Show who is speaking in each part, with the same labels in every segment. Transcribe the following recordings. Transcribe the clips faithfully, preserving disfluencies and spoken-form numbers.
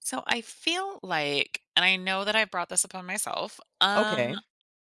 Speaker 1: So I feel like, and I know that I brought this upon myself, um,
Speaker 2: Okay.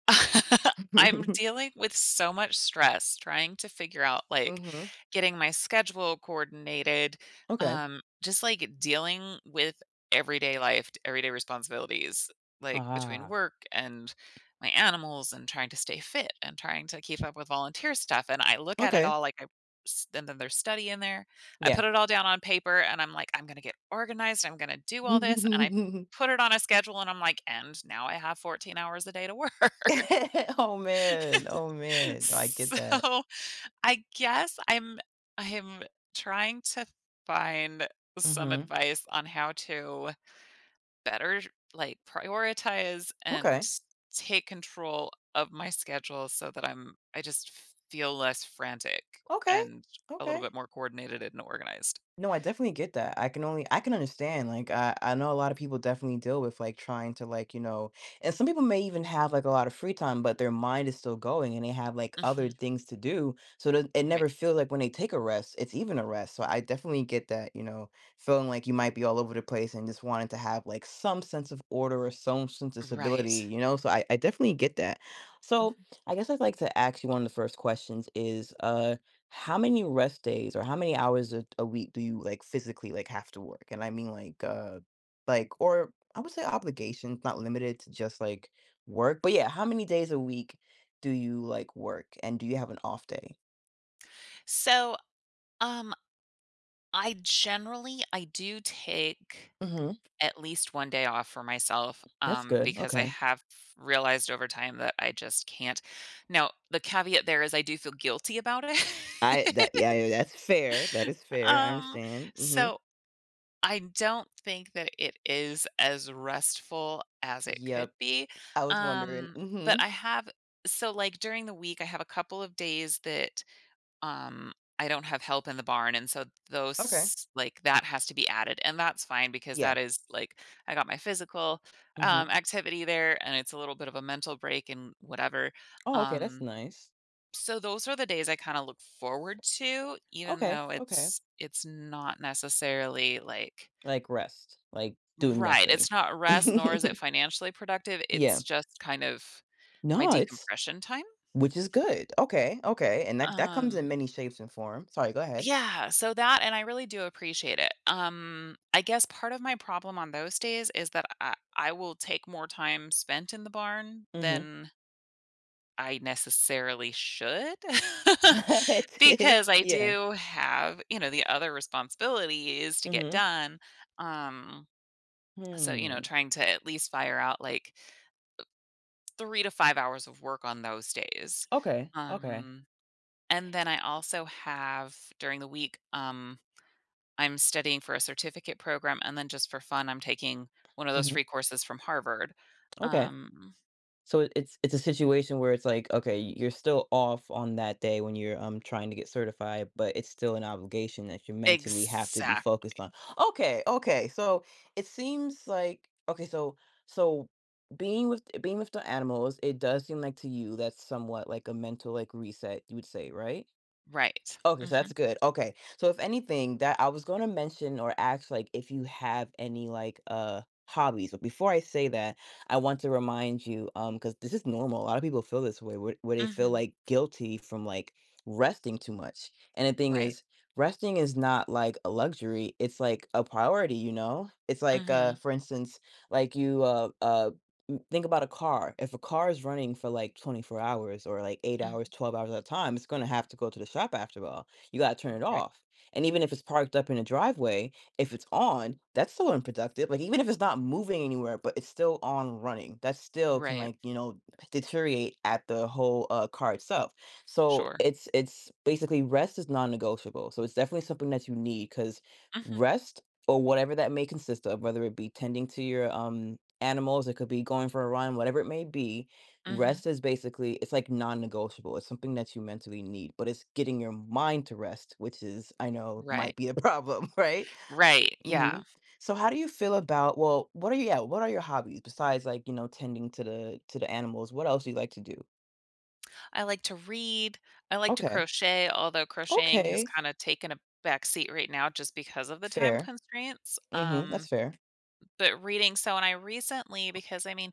Speaker 1: I'm dealing with so much stress trying to figure out, like,
Speaker 2: Mhm.
Speaker 1: getting my schedule coordinated,
Speaker 2: Okay.
Speaker 1: um, just, like, dealing with everyday life, everyday responsibilities, like, between
Speaker 2: Ah.
Speaker 1: work and my animals and trying to stay fit and trying to keep up with volunteer stuff, and I look at it
Speaker 2: Okay.
Speaker 1: all, like, I s and then there's study in there. I
Speaker 2: Yeah.
Speaker 1: put it all down on paper, and I'm like, "I'm gonna get organized. I'm gonna do all this," and I put it on a schedule and I'm like, "And now I have fourteen hours a day to work."
Speaker 2: Oh man. Oh man. No, I get that.
Speaker 1: So, I guess I'm I'm trying to find some
Speaker 2: Mhm.
Speaker 1: advice on how to better, like, prioritize
Speaker 2: Okay.
Speaker 1: and take control of my schedule so that I'm I just feel less frantic
Speaker 2: Okay.
Speaker 1: and a little
Speaker 2: Okay.
Speaker 1: bit more coordinated and organized.
Speaker 2: No, I definitely get that. I can only I can understand, like, I I know a lot of people definitely deal with, like, trying to, like, you know and some people may even have, like, a lot of free time, but their mind is still going, and they have, like, other
Speaker 1: Mhm.
Speaker 2: things to do, so that it
Speaker 1: Right.
Speaker 2: never feels like when they take a rest, it's even a rest, so I definitely get that, you know, feeling like you might be all over the place and just wanting to have, like, some sense of order or some sense of stability,
Speaker 1: Right.
Speaker 2: you know, so I I definitely get that. So,
Speaker 1: Mhm.
Speaker 2: I guess I'd like to ask you one of the first questions is, uh how many rest days or how many hours a a week do you, like, physically, like, have to work? And I mean, like, uh, like or I would say obligations, not limited to just, like, work, but yeah, how many days a week do you, like, work, and do you have an off day?
Speaker 1: So, um, I generally I do take
Speaker 2: Mhm.
Speaker 1: at least one day off for myself,
Speaker 2: That's
Speaker 1: um,
Speaker 2: good,
Speaker 1: because I
Speaker 2: okay.
Speaker 1: have realized over time that I just can't. Now, the caveat there is I do feel guilty about it.
Speaker 2: I that yeah, yeah, that's fair, that is fair, I
Speaker 1: Um,
Speaker 2: understand, mhm.
Speaker 1: so I don't think that it is as restful as it could
Speaker 2: Yep,
Speaker 1: be,
Speaker 2: I was wondering.
Speaker 1: um, but
Speaker 2: Mhm.
Speaker 1: I have so, like, during the week, I have a couple of days that Um, I don't have help in the barn, and so
Speaker 2: Okay.
Speaker 1: those like, that has to be added, and that's fine because
Speaker 2: Yeah.
Speaker 1: that is, like, I got my physical,
Speaker 2: Mhm.
Speaker 1: um, activity there, and it's a little bit of a mental break and whatever.
Speaker 2: Oh, okay, that's
Speaker 1: Um,
Speaker 2: nice.
Speaker 1: so those are the days I kinda look forward to, even
Speaker 2: Okay,
Speaker 1: though
Speaker 2: okay.
Speaker 1: it's it's not necessarily, like,
Speaker 2: Like rest, like doing
Speaker 1: right,
Speaker 2: nothing.
Speaker 1: it's not rest, nor is it financially productive,
Speaker 2: Yeah.
Speaker 1: it's just kind of my
Speaker 2: No, it's
Speaker 1: decompression time.
Speaker 2: which is good. Okay, okay, and that that comes in
Speaker 1: Um
Speaker 2: many shapes and forms. Sorry, go ahead.
Speaker 1: Yeah, so that, and I really do appreciate it. Um, I guess part of my problem on those days is that I, I will take more time spent in the barn
Speaker 2: Mhm.
Speaker 1: than I necessarily should, because I
Speaker 2: Yeah.
Speaker 1: do have, you know, the other responsibilities to get
Speaker 2: Mhm.
Speaker 1: done. Um, so, you know,
Speaker 2: Hmm.
Speaker 1: trying to at least fire out like three to five hours of work on those days.
Speaker 2: Okay. Okay.
Speaker 1: Um, and then I also have during the week, um, I'm studying for a certificate program, and then just for fun, I'm taking one of those
Speaker 2: Mhm.
Speaker 1: free courses from Harvard.
Speaker 2: Okay.
Speaker 1: Um
Speaker 2: So it it's it's a situation where it's like, okay, you're still off on that day when you're um trying to get certified, but it's still an obligation that you mentally have to be
Speaker 1: Exact
Speaker 2: focused on. Okay, okay. So it seems like okay, so so being with being with the animals, it does seem like to you that's somewhat like a mental like reset, you would say, right?
Speaker 1: Right.
Speaker 2: Okay, so that's
Speaker 1: Mhm,
Speaker 2: good. Okay. So if anything that I was going to mention or ask like if you have any like uh hobbies, but before I say that, I want to remind you um cuz this is normal. A lot of people feel this way where, where they feel
Speaker 1: mhm.
Speaker 2: like guilty from like resting too much. And the thing
Speaker 1: Right.
Speaker 2: is resting is not like a luxury, it's like a priority, you know? It's like uh
Speaker 1: Mhm,
Speaker 2: for instance, like you uh uh m- think about a car. If a car is running for like twenty-four hours or like eight
Speaker 1: mhm.
Speaker 2: hours, twelve hours at a time, it's going to have to go to the shop after all. You got to turn it
Speaker 1: Right,
Speaker 2: off. And even if it's parked up in a driveway, if it's on, that's still unproductive. Like even if it's not moving anywhere, but it's still on running, that still can
Speaker 1: right.
Speaker 2: like, you know, deteriorate at the whole uh, car itself. So
Speaker 1: Sure.
Speaker 2: it's it's basically rest is non-negotiable. So it's definitely something that you need because
Speaker 1: Mhm,
Speaker 2: rest or whatever that may consist of, whether it be tending to your um animals, it could be going for a run, whatever it may be.
Speaker 1: mhm.
Speaker 2: Rest is basically it's like non-negotiable. It's something that you mentally need, but it's getting your mind to rest, which is I know
Speaker 1: Right,
Speaker 2: might be a problem, right?
Speaker 1: right, yeah.
Speaker 2: Mhm. So how do you feel about well, what are you yeah, what are your hobbies besides like, you know, tending to the to the animals? What else do you like to do?
Speaker 1: I like to read, I like to
Speaker 2: Okay.
Speaker 1: crochet, although crocheting has
Speaker 2: Okay.
Speaker 1: kinda taken a backseat right now just because of the time
Speaker 2: Fair.
Speaker 1: constraints,
Speaker 2: Mhm. That's
Speaker 1: um,
Speaker 2: fair.
Speaker 1: but reading so and I recently, because, I mean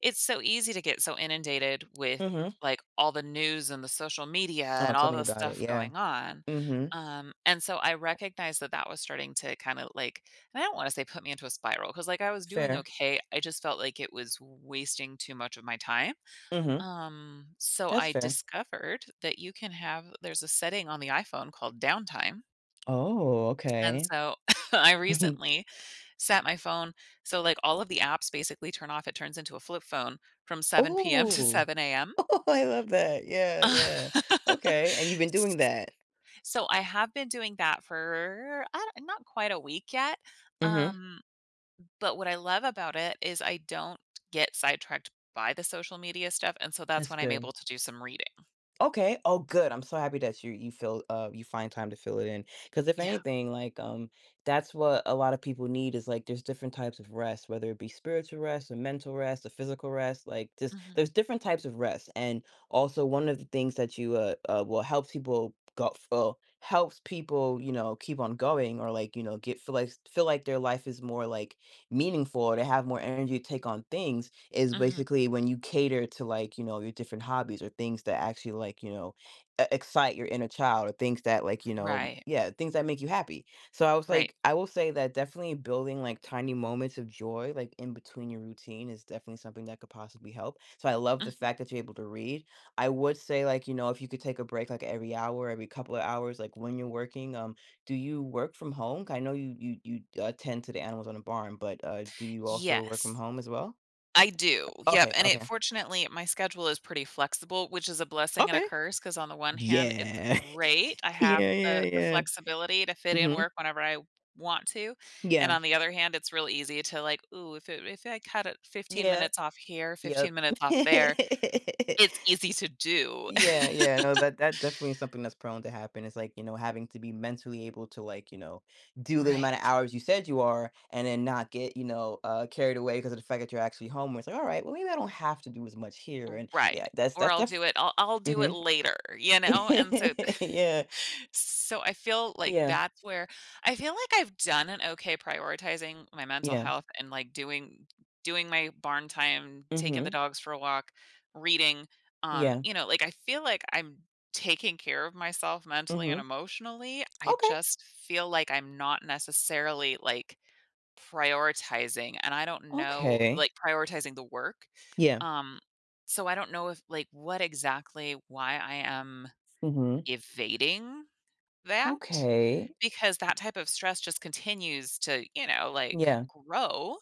Speaker 1: it's so easy to get so inundated with,
Speaker 2: Mhm.
Speaker 1: like, all the news and the social media
Speaker 2: Oh,
Speaker 1: and
Speaker 2: tell
Speaker 1: all
Speaker 2: me
Speaker 1: the
Speaker 2: about it.
Speaker 1: stuff
Speaker 2: Yeah.
Speaker 1: going on,
Speaker 2: Mhm.
Speaker 1: um, and so I recognized that that was starting to kinda, like, and I don't wanna say put me into a spiral because, like, I was doing
Speaker 2: Fair.
Speaker 1: okay, I just felt like it was wasting too much of my time,
Speaker 2: Mhm.
Speaker 1: um, so
Speaker 2: That's
Speaker 1: I
Speaker 2: fair.
Speaker 1: discovered that you can have there's a setting on the iPhone called downtime,
Speaker 2: Oh,
Speaker 1: and
Speaker 2: okay.
Speaker 1: so I recently set my phone so, like, all of the apps basically turn off. It turns into a flip phone from seven p m to
Speaker 2: Oh.
Speaker 1: seven a m.
Speaker 2: Oh, I love that. Yeah, yeah. Okay, and you've been doing that?
Speaker 1: So, I have been doing that for, I don't, not quite a week yet,
Speaker 2: Mhm.
Speaker 1: um, but what I love about it is I don't get sidetracked by the social media stuff, and so that's
Speaker 2: That's
Speaker 1: when I'm
Speaker 2: good.
Speaker 1: able to do some reading.
Speaker 2: Okay. Oh, good. I'm so happy that you you feel, uh, you find time to fill it in. Because if
Speaker 1: Yeah.
Speaker 2: anything, like, um, that's what a lot of people need is, like, there's different types of rest, whether it be spiritual rest or mental rest or physical rest, like, just
Speaker 1: Mhm.
Speaker 2: there's different types of rest, and also one of the things that you, uh, uh, well, helps people go uh, helps people, you know, keep on going or, like, you know, get feel like feel like their life is more, like, meaningful, to have more energy to take on things is
Speaker 1: Mhm.
Speaker 2: basically when you cater to like, you know, your different hobbies or things that actually like, you know, e- excite your inner child or things that like, you know,
Speaker 1: Right.
Speaker 2: yeah, things that make you happy. So I was
Speaker 1: Right.
Speaker 2: like, I will say that definitely building like tiny moments of joy, like in between your routine, is definitely something that could possibly help. So I love the
Speaker 1: Mhm.
Speaker 2: fact that you're able to read. I would say like, you know, if you could take a break like every hour, every couple of hours, like when you're working, um. Do you work from home? I know you you you attend to the animals on the barn, but, uh, do you also work from
Speaker 1: Yes.
Speaker 2: home as well?
Speaker 1: I do, yep,
Speaker 2: Okay,
Speaker 1: and it
Speaker 2: okay.
Speaker 1: fortunately, my schedule is pretty flexible, which is a blessing and a
Speaker 2: Okay.
Speaker 1: curse. Because on the one hand, it's
Speaker 2: Yeah.
Speaker 1: great, I have
Speaker 2: Yeah, yeah,
Speaker 1: the the
Speaker 2: yeah.
Speaker 1: flexibility to fit in
Speaker 2: Mhm.
Speaker 1: work whenever I want to, and
Speaker 2: Yeah.
Speaker 1: on the other hand, it's real easy to like, "Ooh, if it if I cut it fifteen
Speaker 2: Yeah.
Speaker 1: minutes off here,
Speaker 2: Yep.
Speaker 1: fifteen minutes off there," it's easy to do.
Speaker 2: Yeah, yeah, no, that that definitely is something that's prone to happen. It's like, you know, having to be mentally able to, like, you know, do the amount
Speaker 1: Right.
Speaker 2: of hours you said you are and then not get, you know, uh, carried away because of the fact that you're actually home, where it's like, "Alright, well, maybe I don't have to do as much here," and
Speaker 1: Right,
Speaker 2: yeah, that's
Speaker 1: or
Speaker 2: that's
Speaker 1: I'll
Speaker 2: definitely.
Speaker 1: do it I'll I'll do it later, you know, and so
Speaker 2: Yeah,
Speaker 1: so I feel like
Speaker 2: yeah,
Speaker 1: that's where I feel like I've done an okay prioritizing my mental
Speaker 2: yeah.
Speaker 1: health and, like, doing doing my barn time, taking the
Speaker 2: Mhm.
Speaker 1: dogs for a walk, reading, um,
Speaker 2: Yeah.
Speaker 1: you know, like, I feel like I'm taking care of myself mentally and
Speaker 2: Mhm.
Speaker 1: emotionally, I
Speaker 2: Okay.
Speaker 1: just feel like I'm not necessarily, like, prioritizing, and I don't know,
Speaker 2: Okay.
Speaker 1: like, prioritizing the work,
Speaker 2: Yeah.
Speaker 1: um so I don't know if like what exactly why I am
Speaker 2: Mhm.
Speaker 1: evading that,
Speaker 2: Okay.
Speaker 1: because that type of stress just continues to, you know, like,
Speaker 2: Yeah.
Speaker 1: grow.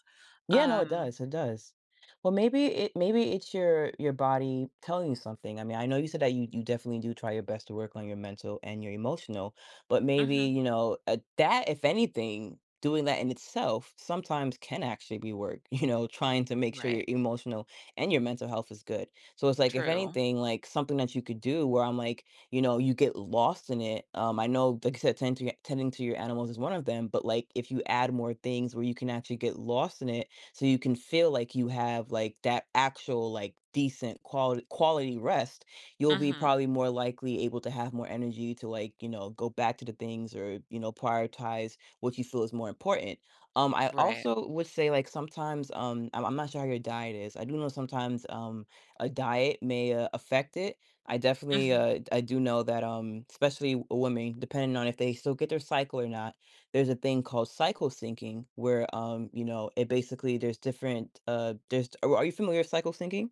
Speaker 2: Yeah, no, it
Speaker 1: Um
Speaker 2: does, it does. Well, maybe it maybe it's your your body telling you something. I mean, I know you said that you you definitely do try your best to work on your mental and your emotional, but maybe,
Speaker 1: mhm,
Speaker 2: you know, uh, that if anything, doing that in itself sometimes can actually be work, you know, trying to make sure
Speaker 1: right.
Speaker 2: your emotional and your mental health is good. So it's like if
Speaker 1: True.
Speaker 2: anything, like something that you could do where I'm like, you know, you get lost in it. Um, I know, like you said, tending to your, tending to your animals is one of them, but like if you add more things where you can actually get lost in it so you can feel like you have like that actual like decent quality quality rest, you'll be
Speaker 1: Mhm.
Speaker 2: probably more likely able to have more energy to like, you know, go back to the things or you know prioritize what you feel is more important. um I
Speaker 1: Right.
Speaker 2: also would say like sometimes um i'm, I'm not sure how your diet is. I do know sometimes um a diet may uh, affect it. I definitely
Speaker 1: Mhm.
Speaker 2: uh I do know that um especially w- women depending on if they still get their cycle or not, there's a thing called cycle syncing where, um, you know, it basically there's different, uh, there's are are you familiar with cycle syncing?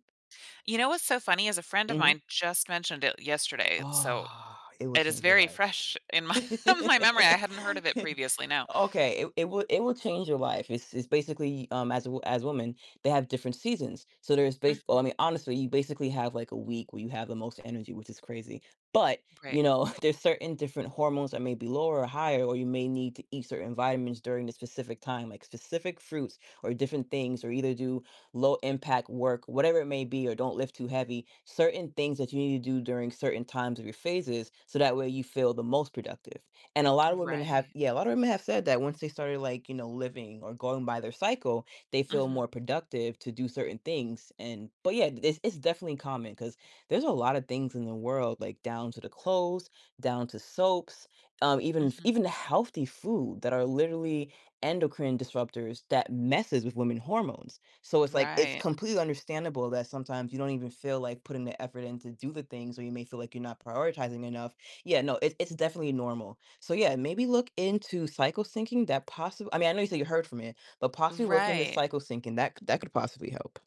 Speaker 1: You know what's so funny is a friend of
Speaker 2: Mhm.
Speaker 1: mine just mentioned it yesterday. So
Speaker 2: Ah, it will
Speaker 1: it is
Speaker 2: change your
Speaker 1: very
Speaker 2: life.
Speaker 1: fresh in my my memory. I hadn't heard of it previously. No.
Speaker 2: Okay, it, it will it will change your life. It's it's basically um as a, wo- as women they have different seasons. So there's base. Well,
Speaker 1: Mhm.
Speaker 2: I mean honestly, you basically have like a week where you have the most energy, which is crazy. But
Speaker 1: Right.
Speaker 2: you know there's certain different hormones that may be lower or higher, or you may need to eat certain vitamins during the specific time, like specific fruits or different things, or either do low impact work, whatever it may be, or don't lift too heavy, certain things that you need to do during certain times of your phases so that way you feel the most productive. And a lot of women have,
Speaker 1: Right.
Speaker 2: yeah, a lot of women have said that once they started like, you know, living or going by their cycle, they feel
Speaker 1: Mhm.
Speaker 2: more productive to do certain things. And, but yeah, it's, it's definitely common because there's a lot of things in the world, like down to the clothes, down to soaps, um, even,
Speaker 1: Mhm.
Speaker 2: even healthy food that are literally endocrine disruptors that messes with women hormones, so it's like it's
Speaker 1: Right.
Speaker 2: completely understandable that sometimes you don't even feel like putting the effort in to do the things, or you may feel like you're not prioritizing enough. Yeah, no, it, it's definitely normal. So yeah, maybe look into cycle syncing. That possible. I mean, I know you said you heard from it, but possibly look into
Speaker 1: Right.
Speaker 2: cycle syncing. That c- that could possibly help.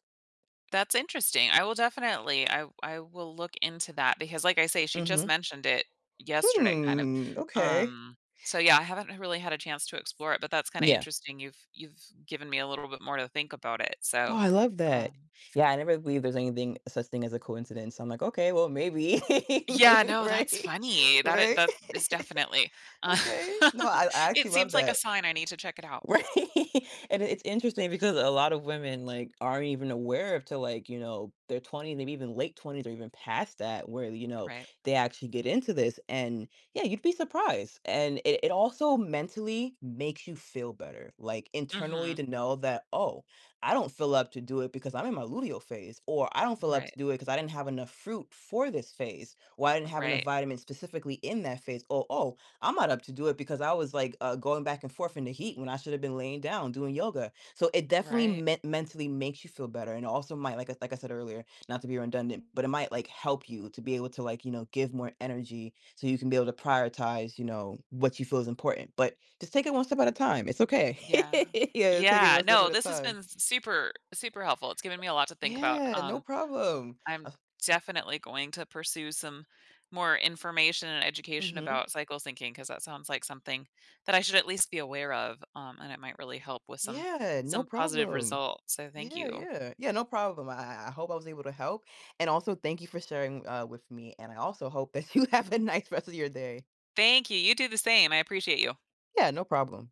Speaker 1: That's interesting. I will definitely I I will look into that because, like I say, she just
Speaker 2: Mm-hmm.
Speaker 1: mentioned it yesterday kind of.
Speaker 2: Hmm. Okay.
Speaker 1: Um, so yeah, I haven't really had a chance to explore it, but that's kind of
Speaker 2: Yeah.
Speaker 1: interesting. You've you've given me a little bit more to think about it. So,
Speaker 2: Oh, I love that.
Speaker 1: um
Speaker 2: Yeah, I never believe there's anything such thing as a coincidence. So I'm like, okay, well, maybe,
Speaker 1: yeah,
Speaker 2: maybe,
Speaker 1: no, that's
Speaker 2: right,
Speaker 1: funny. That it
Speaker 2: right.
Speaker 1: that is definitely, um,
Speaker 2: Okay. No, I, I
Speaker 1: it
Speaker 2: actually love
Speaker 1: seems like a
Speaker 2: that.
Speaker 1: sign I need to check it out.
Speaker 2: Right. And it's interesting because a lot of women like aren't even aware of to like, you know, their twenties, maybe even late twenties or even past that where, you know,
Speaker 1: Right.
Speaker 2: they actually get into this. And yeah, you'd be surprised. And it, it also mentally makes you feel better, like internally
Speaker 1: Mhm.
Speaker 2: to know that, oh, I don't feel up to do it because I'm in my luteal phase, or I don't feel up to
Speaker 1: Right.
Speaker 2: do it because I didn't have enough fruit for this phase, or I didn't have enough
Speaker 1: Right.
Speaker 2: vitamins specifically in that phase. Oh, oh, I'm not up to do it because I was like uh, going back and forth in the heat when I should have been laying down doing yoga. So it definitely
Speaker 1: Right.
Speaker 2: men- mentally makes you feel better, and it also might like I- like I said earlier, not to be redundant, but it might like help you to be able to like you know give more energy so you can be able to prioritize you know what you feel is important. But just take it one step at a time. It's okay.
Speaker 1: Yeah.
Speaker 2: Yeah, take it
Speaker 1: Yeah,
Speaker 2: one step
Speaker 1: no,
Speaker 2: at a
Speaker 1: this has
Speaker 2: time.
Speaker 1: been super super helpful. It's given me a lot to think about.
Speaker 2: Yeah, no
Speaker 1: Um
Speaker 2: problem.
Speaker 1: I'm
Speaker 2: Uh,
Speaker 1: definitely going to pursue some more information and education
Speaker 2: mhm.
Speaker 1: about cycle syncing because that sounds like something that I should at least be aware of, um, and it might really help with some
Speaker 2: Yeah, no
Speaker 1: some positive
Speaker 2: problem.
Speaker 1: results. So thank
Speaker 2: Yeah,
Speaker 1: you,
Speaker 2: yeah. Yeah, no problem. I I hope I was able to help, and also thank you for sharing, uh, with me, and I also hope that you have a nice rest of your day.
Speaker 1: thank you. You do the same. I appreciate you.
Speaker 2: Yeah, no problem.